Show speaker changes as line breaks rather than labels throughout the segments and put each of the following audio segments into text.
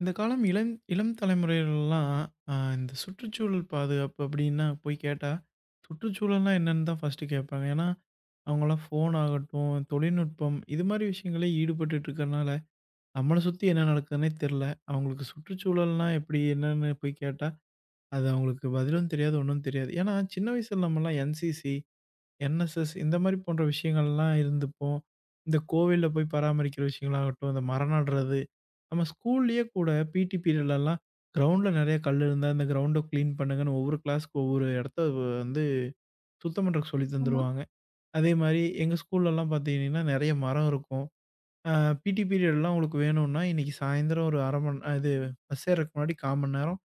இந்த காலம் இளம் இளம் தலைமுறையிலலாம் இந்த சுற்றுச்சூழல் பாதுகாப்பு அப்டின்னா போய் கேட்டா, சுற்றுச்சூழல்னா என்னன்னு தான் ஃபர்ஸ்ட்டு கேட்பாங்க. ஏன்னா, அவங்கலாம் ஃபோன் ஆகட்டும், தொழில்நுட்பம் இது மாரி விஷயங்களே ஈடுபட்டுட்டு இருக்கனால, நம்மள சுத்தி என்ன நடக்குதுன்னே தெர்ல. அவங்களுக்கு சுற்றுச்சூழல்னா எப்டி என்னன்னு போய் கேட்டா, அது அவங்களுக்கு பதிலும் தெரியாது, ஒண்ணும் தெரியாது. ஏன்னா, சின்ன வயசுல நம்மலாம் என்சிசி என்எஸ்எஸ் இந்த மாரி போன்ற விஷயங்கள்லாம் இருந்துப்போம். இந்த கோவில்ல போய் பராமரிக்கிற விஷயங்களாகட்டும், இந்த மரம் நடுறது, நம்ம ஸ்கூல்லயே கூட பிடி பீரியட்லலாம் கிரவுண்ட்ல நெறைய கல் இருந்தா, அந்த கிரவுண்ட கிளீன் பண்ணுங்கன்னு ஒவ்வொரு கிளாஸ்க்கு ஒவ்வொரு இடத்த வந்து சுத்தம் பண்றதுக்கு சொல்லி
ஆமா.
தந்துருவாங்க. அதே மாரி எங்க ஸ்கூல்லலாம் பார்த்தீங்கன்னா, நெறைய மரம் இருக்கும். அ பிடி பீரியட்லாம் உங்களுக்கு வேணும்னா, இன்னைக்கு சாயந்தரம் ஒரு 1/2 மணி இது பஸ் ஏறதுக்கு முன்னாடி 1/4 மணி நேரம்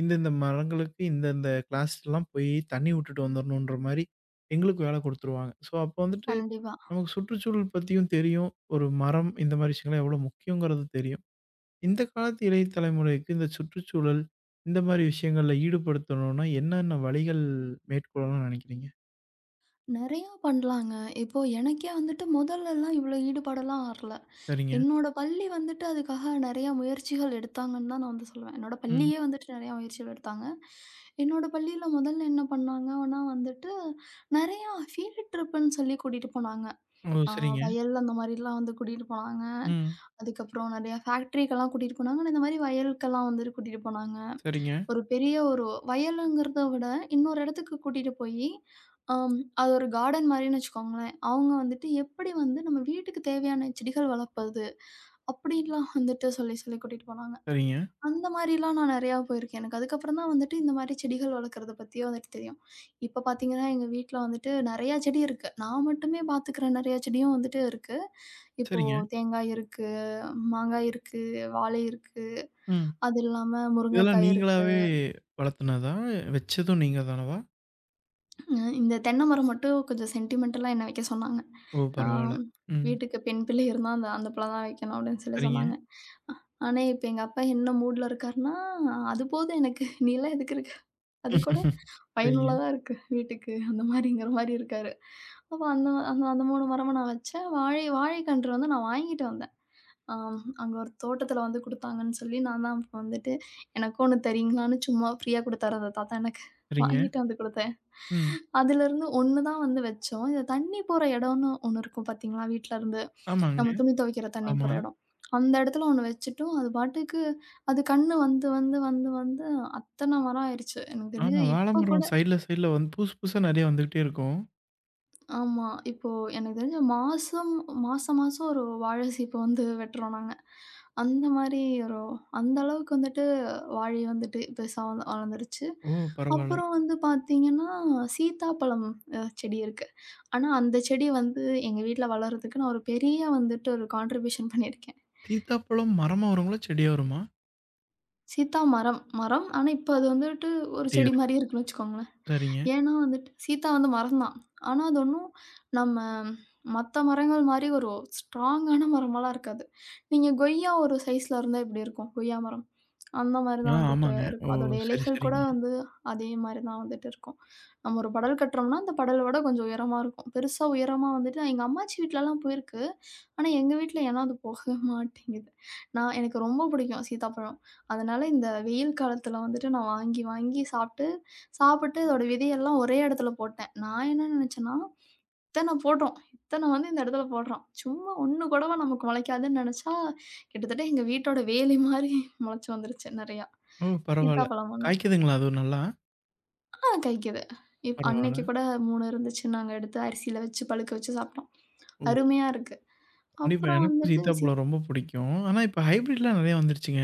இந்தந்த மரங்களுக்கு இந்தந்த கிளாஸ்லாம் போய் தண்ணி விட்டுட்டு வந்துரணுன்ற மாரி எங்களுக்கு வேல குடுத்துருவாங்க. ஸோ அப்போ வந்துட்டு
கண்டிப்பா.
நமக்கு சுற்றுச்சூழல் பத்தியும் தெரியும். ஒரு மரம் இந்த மாரி விஷயங்கள்லாம் எவ்வளோ முக்கியங்கிறது தெரியும். இந்த காலத்து இளைய தலைமுறைக்கு இந்த சுற்றுச்சூழல், இந்த மாரி விஷயங்கள்ல ஈடுபடுத்தணும்னா, என்னென்ன வழிகள் மேற்கொள்ளணும்னு நினைக்கிறீங்க?
நெறையா பண்ணலாங்க. இப்போ எனக்கே வந்துட்டு முதல்லலாம் இவ்ளோ ஈடுபாடெல்லாம் வரல.
சரிங்க.
என்னோட பள்ளி வந்துட்டு அதுக்காக நெறையா முயற்சிகள் எடுத்தாங்கன்னு தான் நான் வந்து சொல்லுவேன். என்னோட
ம்.
பள்ளியே வந்துட்டு நெறையா முயற்சிகள் எடுத்தாங்க. என்னோட பள்ளியில முதல்ல என்ன பண்ணாங்கன்னா வந்துட்டு, நெறையா ஃபீல்ட் ட்ரிப்புன்னு சொல்லி கூட்டிட்டு போனாங்க.
ஓ!
அ
சரிங்க.
வயல் அந்த மாரிலாம் வந்து கூட்டிட்டு போனாங்க.
ம்.
அதுக்கப்புறம் நெறையா ஃபேக்டரிக்கெல்லாம் கூட்டிட்டு போனாங்க. இந்த மாரி வயலுக்கெல்லாம் வந்துட்டு கூட்டிட்டு போனாங்க.
சரிங்க,
ஒரு பெரிய ஒரு வயலுங்கிறத விட, இன்னொரு இடத்துக்கு கூட்டிட்டு போயி, அம் அது ஒரு கார்டன் மாரின்னு வச்சுக்கோங்களேன். அவங்க வந்துட்டு எப்படி வந்து நம்ம வீட்டுக்கு தேவையான செடிகள் வளர்ப்பது, அப்படின்லாம் வந்துட்டு சொல்லி சொல்லி கூட்டிட்டு போனாங்க.
சரிங்க,
அந்த மாரிலாம் நான் நெறையா போயிருக்கேன். எனக்கு அதுக்கப்புறம் தான் வந்துட்டு இந்த மாரி செடிகள் வளர்க்கறத பத்தியே வந்துட்டு தெரியும். இப்ப பார்த்தீங்கன்னா, எங்க வீட்ல வந்துட்டு நெறையா செடி இருக்கு. நான் மட்டுமே பார்த்துக்கிற நெறையா செடியும் வந்துட்டு இருக்கு. இப்போ
சரிங்க.
தேங்காய் இருக்கு, மாங்காய் இருக்கு, வாழை இருக்கு,
ம்.
அது இல்லாம
இதெல்லாம்
முருங்கைக்காய் இருக்கு.
நீங்களாவே வளர்த்துனதா? வச்சதும் நீங்க தானவா?
இந்த தென்னை மரம் மட்டும் கொஞ்சம் சென்டிமென்டலா என்ன வைக்க சொன்னாங்க.
ஓ!
ஆ
பரவால்ல. ம்.
வீட்டுக்கு பெண் பிள்ளை இருந்தா அந்த அந்த பிள்ள தான் வைக்கணும் அப்படின்னு சொல்லி
சரிங்க.
சொன்னாங்க. ஆனா, இப்ப எங்க அப்பா என்ன மூட்ல இருக்காருன்னா, அது போதும் எனக்கு. நீலாம் எதுக்கு இருக்க? அது கூட
சரிங்க,
பயனுள்ளதா இருக்கு வீட்டுக்கு. அந்த மாரிங்கிற மாரி இருக்காரு. அப்ப அந்த அந்த அந்த 3 மரமும் நான் வச்சேன். வாழைக்கன்று வந்து நான் வாங்கிட்டு வந்தேன். ஆம். அங்க ஒரு தோட்டத்துல வந்து குடுத்தாங்கன்னு சொல்லி, நான் தான் அப்ப வந்துட்டு, "எனக்கு ஒண்ணு தரீங்களான்னு?" சும்மா ஃப்ரீயா குடுத்தாரு அந்த தாத்தா எனக்கு.
சரிங்க.
வாங்கிட்டு வந்து குடுத்தேன்.
ம்.
அதுலருந்து ஒண்ணு தான் வந்து வச்சோம். இந்த தண்ணி போற இடம்னு ஒண்ணு இருக்கும் பார்த்தீங்களா? வீட்லருந்து
ஆமாங்க.
நம்ம துணி துவைக்கிற தண்ணி
ஆமா.
போற இடம். அந்த இடத்துல ஒண்ணு வச்சுட்டோம். அது பாட்டுக்கு அது கண்ணு வந்து வந்து வந்து வந்து அத்தன மரம் ஆயிருச்சு. எனக்கு
ஆமா.
தெரிஞ்சு
வாழ
இப்ப கூட
மரம் சைட்ல சைட்ல வந்து புதுசு புதுசா நெறைய வந்துகிட்டே இருக்கும்.
ஆமா. இப்போ எனக்கு தெரிஞ்சு மாசம் மாசம் மாசம் ஒரு வாழை சீப்பு வந்து வெட்டுறோம் நாங்க. அந்த மாரி ஒரு அந்த அளவுக்கு வந்துட்டு வாழை வந்துட்டு பெருசா வளர்ந்துருச்சு.
ஓ! பரவால்ல.
அப்புறம் வந்து பார்த்தீங்கன்னா, சீத்தாப்பழம் செடி இருக்கு. ஆனா அந்த செடி வந்து எங்க வீட்ல வளர்றதுக்கு நான் ஒரு பெரிய வந்துட்டு ஒரு கான்ட்ரிபியூஷன் பண்ணியிருக்கேன்.
சீத்தாப்பழம் மரமா வருங்களா? செடியா வருமா?
சீத்தா மரம் மரம். ஆனா இப்ப அது வந்துட்டு ஒரு
குட்டியா
செடி
இருக்கு.
மாரியே இருக்குன்னு வச்சுக்கோங்களேன்.
சரிங்க.
ஏன்னா வந்துட்டு சீத்தா வந்து மரம் தான். ஆனா, அது ஒண்ணும் நம்ம மத்த மரங்கள் மாரி ஒரு ஸ்ட்ராங்கான மரமாலாம் இருக்காது. நீங்க கொய்யா ஒரு சைஸ்ல இருந்தா எப்டி இருக்கும்? கொய்யா மரம். அந்த மாரி
ஆ
தான் வந்துட்டு
ஆமாங்க. ஓ!
இருக்கும். அதோட
சரி,
இலைகள் கூட
சரிங்க.
வந்து அதே மாரி தான் வந்துட்டு இருக்கும். நம்ம ஒரு படல் கட்டுறோம்னா, அந்த படல விட கொஞ்சம் உயரமா இருக்கும். பெருசா உயரமா வந்துட்டு எங்க அம்மாச்சி வீட்லலாம் போயிருக்கு. ஆனா, எங்க வீட்ல ஏனோ அது போகவே மாட்டேங்குது. நான் எனக்கு ரொம்ப பிடிக்கும் சீத்தாப்பழம். அதனால இந்த வெயில் காலத்துல வந்துட்டு நான் வாங்கி வாங்கி சாப்பிட்டு அதோட விதையெல்லாம் ஒரே இடத்துல போட்டேன். நான் என்ன நினைச்சேன்னா, இத்தன போடுறோம். இத்தன வந்து இந்த இடத்துல போடுறோம். சும்மா ஒண்ணு கூடவா நமக்கு முளைக்காதுன்னு நினைச்சா, கிட்டத்தட்ட எங்க வீட்டோட வேலி மாரி முளைச்சு வந்துருச்சு நெறையா.
ஓ! பரவால்ல.
சீத்தாப்பழம் ஒண்ணு.
காய்க்குதுங்களா அதுவும் நல்லா?
ஆ காய்க்குது.
பரவால்ல.
அன்னைக்கு கூட 3 இருந்துச்சு. நாங்க எடுத்து அரிசியில வச்சு பழுக்க வச்சு சாப்பிட்டோம்.
ம்.
அருமையா இருக்கு.
கண்டிப்பா
அப்புறம்
எனக்கும்
வந்துட்டு
சீத்தாப்பழம் ரொம்ப புடிக்கும். ஆனா இப்ப ஹைப்ரிட்லாம் நெறையா வந்துருச்சுங்க.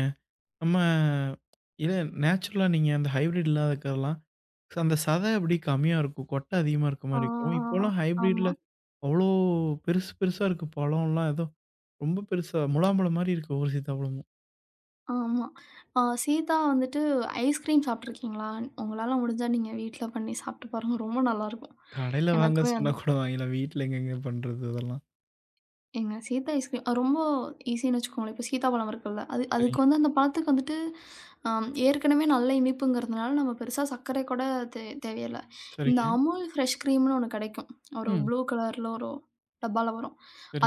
நம்ம இல்ல நேச்சுரலா நீங்க அந்த ஹைப்ரிட் இல்லாததுக்கெல்லாம் அந்த சத அப்படி கம்மியா இருக்கும். கொட்டை அதிகமா இருக்க மாரி இருக்கும்.
ஆ
இப்போலாம் ஹைப்ரிட்ல
ஆமா,
அவ்ளோ பெருசு பெருசா இருக்கு பழம்லாம். ஏதோ ரொம்ப பெருசா முலாம்பழம் மாரி இருக்கு ஒவ்வொரு சீத்தாப்பழமும்.
ஆமா. ஆ சீத்தா வந்துட்டு ஐஸ்கிரீம் சாப்பிட்டுருக்கீங்களா? உங்களால முடிஞ்சா நீங்க வீட்ல பண்ணி சாப்பிட்டு பாருங்க. ரொம்ப நல்லாருக்கும்.
கடையில வாங்க
எனக்குமே
சொன்னா
வந்து
கூட வாங்கிக்கலாம். வீட்ல எங்கங்க பண்றது அதெல்லாம்?
ஏங்க சீத்தா ஐஸ்கிரீம் அது ரொம்ப ஈஸின்னு வச்சுக்கோங்களேன். இப்போ சீத்தாப்பழம் இருக்குல்ல, அது அதுக்கு
சரிங்க,
வந்து அந்த பழத்துக்கு வந்துட்டு ஏற்கனவே நல்ல இனிப்புங்கிறதுனால நம்ம பெருசா சர்க்கரை கூட தேவையில்ல. இந்த
சரிங்க.
அமுல் ஃப்ரெஷ் க்ரீம்னு ஒண்ணு கிடைக்கும். ஒரு
ம்.
ப்ளூ கலர்ல ஒரு டப்பால வரும்.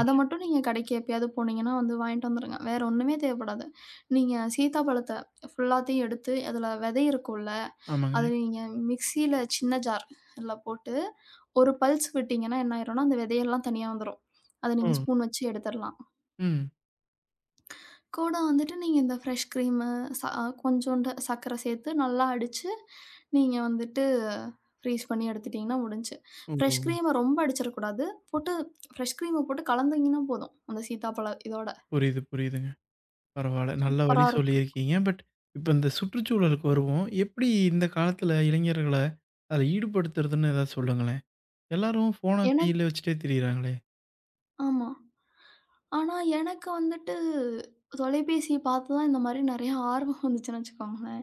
அத மட்டும் நீங்க கடைக்கு எப்பயாவது போனீங்கன்னா வந்து வாங்கிட்டு வந்துருங்க. வேற ஒண்ணுமே தேவைப்படாது. நீங்க சீத்தாப்பழத்த ஃபுல்லாத்தையும் எடுத்து, அதில விதை இருக்கும்ல,
ஆமாங்க.
அத நீங்க மிக்ஸியில சின்ன ஜார், அதில போட்டு ஒரு பல்ஸ் விட்டீங்கன்னா என்ன ஆயிரும்னா, அந்த விதையெல்லாம் தனியா வந்துரும். அத
ஓ!
நீங்க ஸ்பூன் வச்சு எடுத்துரலாம்.
ம்.
கூட வந்துட்டு நீங்க இந்த ஃப்ரெஷ் கிரீமு, ச கொஞ்சோண்டு சர்க்கர சேர்த்து நல்லா அடிச்சு, நீங்க வந்துட்டு ஃப்ரீஸ் பண்ணி எடுத்துட்டீங்கன்னா முடிஞ்சுச்சு.
ஓஹோ!
ஃப்ரெஷ் கிரீம ரொம்ப அடிச்சிறக்கூடாது. போட்டு ஃப்ரெஷ் கிரீம போட்டு கலந்தீங்கன்னா போதும். அந்த சீத்தாப்பழ இதோட.
புரியுது, புரியுதுங்க. பரவால்ல. நல்ல
சூப்பரா
வழி
இருக்கும்.
சொல்லியிருக்கீங்க. பட் இப்ப இந்த சுற்றுச்சூழலுக்கு வருவோம். எப்படி இந்த காலத்துல இளைஞர்கள அதுல ஈடுபடுத்துறதுன்னு ஏதாவது சொல்லுங்களேன். எல்லாரும் ஃபோன
எனக்
கையில வச்சுட்டே திரியிறாங்களே!
ஆமா. ஆனா, எனக்கு வந்துட்டு தொலைபேசிய பார்த்து தான் இந்த மாரி நெறைய ஆர்வம் வந்துச்சுன்னு வச்சுக்கோங்களேன்.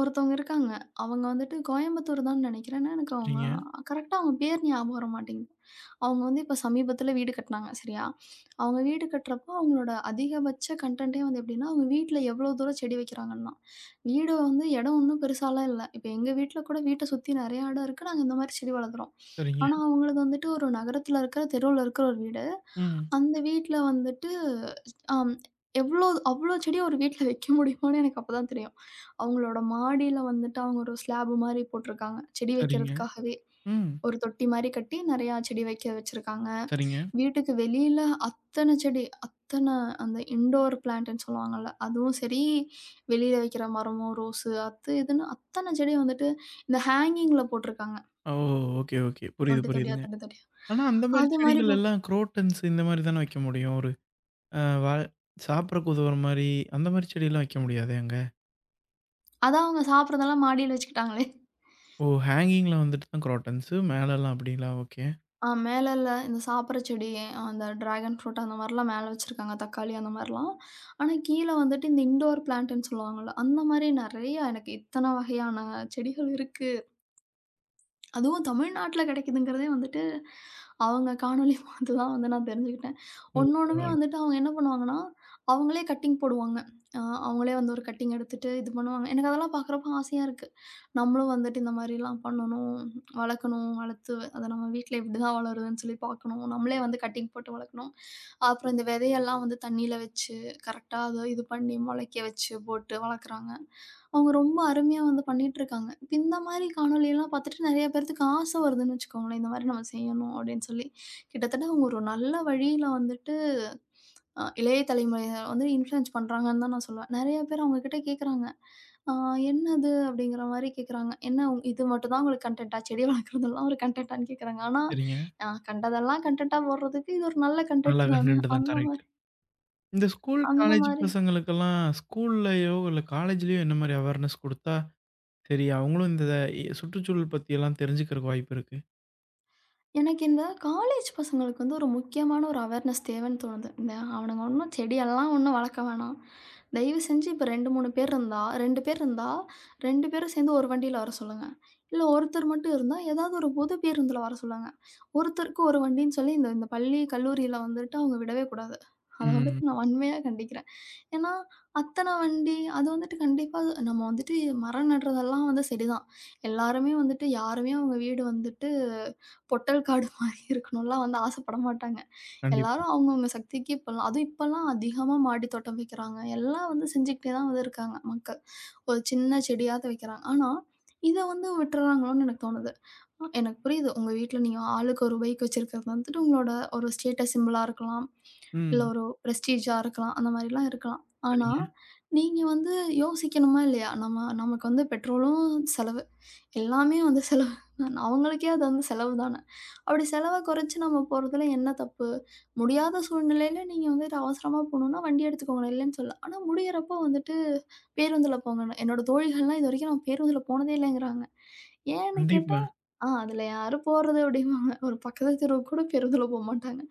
ஒருத்தவங்க இருக்காங்க. அவங்க வந்துட்டு கோயம்புத்தூர் தான்னு நெனைக்கிறேன். ஆனா, எனக்கு அவங்க
சரிங்க,
கரெக்ட்டா அவங்க பேர் ஞாபகம் வர மாட்டேங்குது. அவங்க வந்து இப்ப சமீபத்தில வீடு கட்டுனாங்க, சரியா? அவங்க வீடு கட்டுறப்போ அவங்களோட அதிகபட்ச கன்டென்ட்டே வந்து எப்படின்னா, அவங்க வீட்ல எவ்வளோ தூரம் செடி வைக்கிறாங்கன்னா, வீடு வந்து இடம் ஒண்ணும் பெருசாலாம் இல்ல. இப்ப எங்க வீட்ல கூட வீட்ட சுத்தி நெறைய இடம் இருக்கு. நாங்க இந்த மாரி செடி வளர்க்குறோம்.
சரிங்க.
ஆனா, அவங்களது வந்துட்டு ஒரு நகரத்தில இருக்கிற தெருவுல இருக்கிற ஒரு வீடு.
ம்.
அந்த வீட்ல வந்துட்டு அம் எவ்ளோ அவ்ளோ செடி ஒரு வீட்ல வைக்க முடியுமான்னு எனக்கு அப்பதான் தெரியும். அவங்களோட மாடியில வந்துட்டு அவங்க ஒரு ஸ்லாப் மாரி போட்டிருக்காங்க. செடி
சரிங்க.
வைக்கிறதுக்காகவே.
ம்.
ஒரு தொட்டி மாரி கட்டி நெறையா செடி வைக்க வச்சிருக்காங்க.
சரிங்க.
வீட்டுக்கு வெளியில அத்தன செடி, அத்தன அந்த இன்டோர் பிளான்ட்ன்னு சொல்லுவாங்கல்ல. அதுவும் சரி, வெளியில வைக்கிற மரமும், ரோஸு அது இதுன்னு அத்தன செடி வந்துட்டு இந்த ஹேங்கிங்ல போட்டிருக்காங்க.
ஓ! Okay, okay. புரியுது,
தொட்டி தொட்டியா,
புரியுதுங்க.
தொட்டி தொட்டியா.
ஆனா அந்த மாரி
அது மாரி
செடிகள்
போட்
எல்லாம் குரோட்டன்ஸ் இந்த மாரி தானே வைக்க முடியும். ஒரு வா சாப்பிடறக்கு உதவுற மாரி, அந்த மாரி செடிலாம் வைக்க முடியாதே அங்க?
அதான் அவங்க சாப்பிடுறதெல்லாம் மாடியில வச்சுக்கிட்டாங்களே!
ஓ! ஹேங்கிங்ல வந்துட்டு தான் குரோட்டன்ஸு, மேலலாம் அப்படிங்களா? ஓகே.
ஆ மேலல்ல இந்த சாப்பிட்ற செடி, அந்த டிராகன் ஃப்ரூட் அந்த மாரிலாம் மேல வச்சிருக்காங்க. தக்காளி அந்த மாரிலாம். ஆனா, கீழ வந்துட்டு இந்த இன்டோர் பிளான்ட்டுன்னு சொல்லுவாங்கல்ல, அந்த மாரி நெறைய எனக்கு இத்தன வகையான செடிகள் இருக்கு. அதுவும் தமிழ்நாட்டுல கிடைக்குதுங்கிறதே வந்துட்டு, அவங்க காணொளி பார்த்து தான் வந்து நான் தெரிஞ்சுக்கிட்டேன்.
ஓ!
ஒண்ணொண்ணுமே
பரவால்ல.
வந்துட்டு அவங்க என்ன பண்ணுவாங்கன்னா, அவங்களே கட்டிங் போடுவாங்க. அ அவங்களே வந்து ஒரு கட்டிங் எடுத்துட்டு இது பண்ணுவாங்க. எனக்கு அதெல்லாம் பார்க்குறப்போ ஆசையா இருக்கு. நம்மளும் வந்துட்டு இந்த மாரிலாம் பண்ணணும், வளர்க்கணும், வளர்த்து அத நம்ம வீட்ல இப்படிதான் வளருதுன்னு சொல்லி பார்க்கணும். நம்மளே வந்து கட்டிங் போட்டு வளர்க்கணும். அப்புறம் இந்த விதையெல்லாம் வந்து தண்ணீல வச்சு, கரெக்ட்டா அத இது பண்ணி முளைக்க வச்சு போட்டு வளர்க்குறாங்க. அவங்க ரொம்ப அருமையா வந்து பண்ணிட்டுருக்காங்க. இப்ப இந்த மாரி காணொளியெல்லாம் பார்த்துட்டு நெறைய பேர்த்துக்கு ஆசை வருதுன்னு வச்சுக்கோங்களேன். இந்த மாரி நம்ம செய்யணும் அப்படின்னு சொல்லி. கிட்டத்தட்ட அவங்க ஒரு நல்ல வழியில வந்துட்டு இளைய தலைமுறையினர் வந்து இன்ஃப்ளூயன்ஸ் பண்றாங்கன்னு தான் நான் சொல்லுவேன். நெறைய பேர் அவங்க கிட்ட கேட்குறாங்க. ஆ என்னது அப்படிங்கிற மாரி கேட்குறாங்க. என்ன இது மட்டும் தான் உங்களுக்கு கன்டென்ட்டா? செடி வளர்க்குறதெல்லாம் ஒரு கன்டென்ட்டான்னு கேட்குறாங்க. ஆனா,
சரிங்க.
கண்டதெல்லாம் கன்டென்ட்டா போடுறதுக்கு இது ஒரு நல்ல
நல்ல
கன்டென்ட் தானே!
கன்டென்ட் தான்.
அந்த
கரெக்ட்.
மாரி
இந்த ஸ்கூல்,
அந்த
காலேஜ்
மாரி
பசங்களுக்கெல்லாம் ஸ்கூல்லயோ, இல்ல காலேஜ்லயோ என்ன மாரி அவேர்னஸ் குடுத்தா, சரி அவங்களும் இந்த சுற்றுச்சூழல் பத்தியெல்லாம் தெரிஞ்சுக்கிறக்கு வாய்ப்பு இருக்கு?
எனக்கு இந்த காலேஜ் பசங்களுக்கு வந்து ஒரு முக்கியமான ஒரு அவேர்னஸ் தேவைன்னு தோணுது. இந்த அவனுங்க ஒண்ணும் செடியெல்லாம் ஒண்ணும் வளர்க்க வேணாம். தயவு செஞ்சு இப்ப 2, 3 பேர் இருந்தா 2 பேர் இருந்தா 2 பேரும் சேர்ந்து ஒரு வண்டியில வர சொல்லுங்க. இல்ல ஒருத்தர் மட்டும் இருந்தா ஏதாவது ஒரு பொது பேருந்துல வர சொல்லுங்க. ஒருத்தருக்கு ஒரு வண்டின்னு சொல்லி இந்த இந்த பள்ளி, கல்லூரியில வந்துட்டு அவங்க விடவே கூடாது. அத
ம்.
வந்துட்டு நான் வன்மையா கண்டிக்கிறேன். ஏன்னா, அத்தன வண்டி அது வந்துட்டு கண்டிப்பா நம்ம வந்துட்டு மரம் நடுறதெல்லாம் வந்து சரிதான். எல்லாருமே வந்துட்டு யாருமே அவங்க வீடு வந்துட்டு பொட்டல் காடு மாரி இருக்கணும்லாம் வந்து ஆசைப்பட மாட்டாங்க.
கண்டிப்பா.
எல்லாரும் அவங்கவங்க சக்திக்கு இப்பல்லாம் அதுவும் இப்பல்லாம் அதிகமா மாடி தோட்டம் வைக்கிறாங்க. எல்லாம் வந்து செஞ்சுக்கிட்டே தான் வந்து இருக்காங்க மக்கள். ஒரு சின்ன செடியாவது வைக்கிறாங்க. ஆனா, இத வந்து விட்டுறாங்களோன்னு எனக்கு தோணுது. எனக்கு புரியுது. உங்க வீட்ல நீங்க ஆளுக்கு ஒரு பைக் வச்சிருக்கிறது வந்துட்டு உங்களோட ஒரு ஸ்டேட்டஸ் சிம்பலா இருக்கலாம். இல்ல
ம்.
ஒரு பிரஸ்டீஜா இருக்கலாம். அந்த மாரிலாம் இருக்கலாம். ஆனா,
சரிங்க.
நீங்க வந்து யோசிக்கணுமா இல்லையா? நம்ம நமக்கு வந்து பெட்ரோலும் செலவு. எல்லாமே வந்து செலவு தான். அவங்களுக்கே அது வந்து செலவு தானே! அப்படி செலவ குறைச்சு நம்ம போறதுல என்ன தப்பு? முடியாத சூழ்நிலையில நீங்க வந்துட்டு அவசரமா போணும்னா வண்டி எடுத்துக்கோங்க. இல்லைன்னு சொல்லல. ஆனா முடியறப்போ வந்துட்டு பேருந்துல போங்கன்னு. என்னோட தோழிகள்லாம் இதுவரைக்கும் நான் பேருந்துல போனதே இல்லைங்கிறாங்க. ஏன்னு கேட்டா,
கண்டிப்பா.
"ஆ அதில யாரும் போறது" அப்படிம்பாங்க. ஒரு பக்கத்து தெருவுக்கு கூட பேருந்துல போமாட்டாங்க.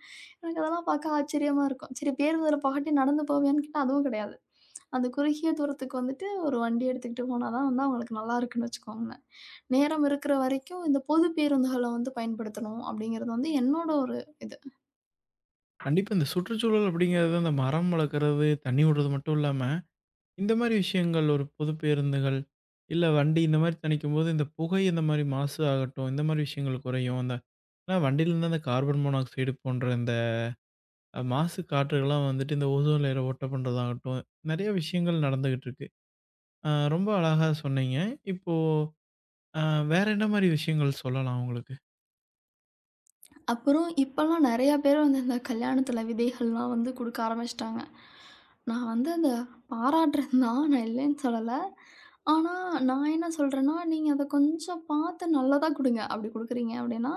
எனக்கு அதெல்லாம் பார்க்க ஆச்சரியமா இருக்கும். சரி பேருந்துல பாட்டு நடந்து போவியான்னு கேட்டா, அதுவும் கிடையாது. அந்த குறுகிய தூரத்துக்கு வந்துட்டு ஒரு வண்டி எடுத்துக்கிட்டு போனா தான் வந்து அவங்களுக்கு நல்லா இருக்குன்னு வச்சுக்கோங்களேன். நேரம் இருக்கிற வரைக்கும் இந்த பொது பேருந்துகள வந்து பயன்படுத்தணும் அப்படிங்கிறது வந்து என்னோட ஒரு இது.
கண்டிப்பா இந்த சுற்றுச்சூழல் அப்படிங்கிறது, அந்த மரம் வளர்க்கறது, தண்ணி விடுறது மட்டும் இல்லாம இந்த மாரி விஷயங்கள் ஒரு பொது பேருந்துகள், இல்ல வண்டி இந்த மாரி தணிக்கும்போது, இந்த புகை இந்த மாரி மாசு ஆகட்டும், இந்த மாரி விஷயங்கள் குறையும். அந்த ஏன்னா வண்டியிலருந்து அந்த கார்பன் மோனாக்சைடு போன்ற இந்த மாசு காற்றுகள்லாம் வந்துட்டு இந்த ஓசோன் லேயர ஓட்ட பண்ணுறதாகட்டும், நெறைய விஷயங்கள் நடந்துகிட்டு இருக்கு. ரொம்ப அழகா சொன்னீங்க. இப்போ அ வேற என்ன மாரி விஷயங்கள் சொல்லலாம் உங்களுக்கு?
அப்புறம் இப்பலாம் நெறையா பேர் வந்து இந்த கல்யாணத்தில விதைகள்லாம் வந்து குடுக்க ஆரம்பிச்சுட்டாங்க. நான் வந்து அத பாராட்டுறேன் தான், நான் இல்லைன்னு சொல்லல. ஆனா, நான் என்ன சொல்றேன்னா, நீங்க அத கொஞ்சம் பார்த்து நல்லதா குடுங்க. அப்படி குடுக்குறீங்க அப்படின்னா,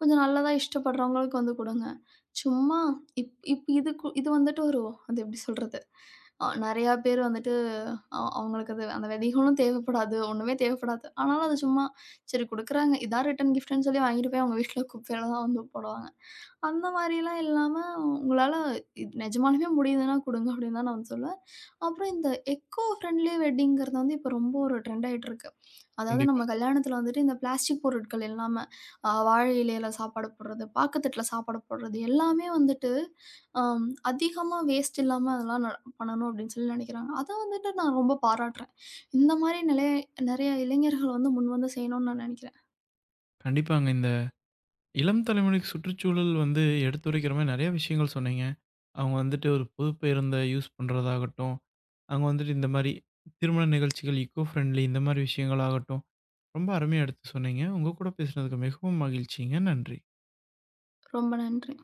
கொஞ்சம் நல்லதா இஷ்டப்படுறவங்களுக்கு வந்து குடுங்க. சும்மா இப் இப் இது கு இது வந்துட்டு ஒரு அது எப்படி சொல்றது? நெறையா பேர் வந்துட்டு அவங்களுக்கு அது அந்த விதைகளும் தேவைப்படாது, ஒண்ணுமே தேவைப்படாது. ஆனாலும் அது சும்மா சரி குடுக்குறாங்க. இதான் ரிட்டர்ன் கிஃப்ட்ன்னு சொல்லி வாங்கிட்டு போய் அவங்க வீட்ல குப்பையில தான் வந்து போடுவாங்க. அந்த மாரிலாம் இல்லாம, "உங்களால இது நெஜமாலுமே முடியுதுன்னா குடுங்க" அப்படின்னு தான் நான் வந்து சொல்லுவேன். அப்புறம் இந்த எக்கோ ஃப்ரெண்ட்லி வெட்டிங்கிறது வந்து இப்போ ரொம்ப ஒரு ட்ரெண்ட் ஆயிட்டிருக்கு. அதாவது நம்ம
கண்டிப்பா.
கல்யாணத்துல வந்துட்டு இந்த பிளாஸ்டிக் பொருட்கள் எல்லாம, வாழை இலையில சாப்பாடு போடுறது, பாக்குத்தட்டுல சாப்பாடு போடுறது எல்லாமே வந்துட்டு, அதிகமா வேஸ்ட் இல்லாம அதெல்லாம் பண்ணணும் அப்படின்னு சொல்லி நெனைக்கிறாங்க. அத வந்துட்டு நான் ரொம்ப பாராட்டுறேன். இந்த மாரி நிலைய நெறைய இளைஞர்கள் வந்து முன்வந்து செய்யணும்னு நான் நெனைக்கிறேன்.
கண்டிப்பாங்க. இந்த இளம் தலைமுறைக்கு சுற்றுச்சூழல் வந்து எடுத்துரைக்கிற மாரி நெறைய விஷயங்கள் சொன்னீங்க. அவங்க வந்துட்டு ஒரு புது பேருந்த யூஸ் பண்றதாகட்டும், அவங்க வந்துட்டு இந்த மாரி திருமண நிகழ்ச்சிகள் ஈக்கோ ஃப்ரெண்ட்லி இந்த மாரி விஷயங்கள் ஆகட்டும், ரொம்ப அருமையா எடுத்து சொன்னீங்க. உங்க கூட பேசினதுக்கு மிகவும் மகிழ்ச்சிங்க. நன்றி.
ரொம்ப நன்றி.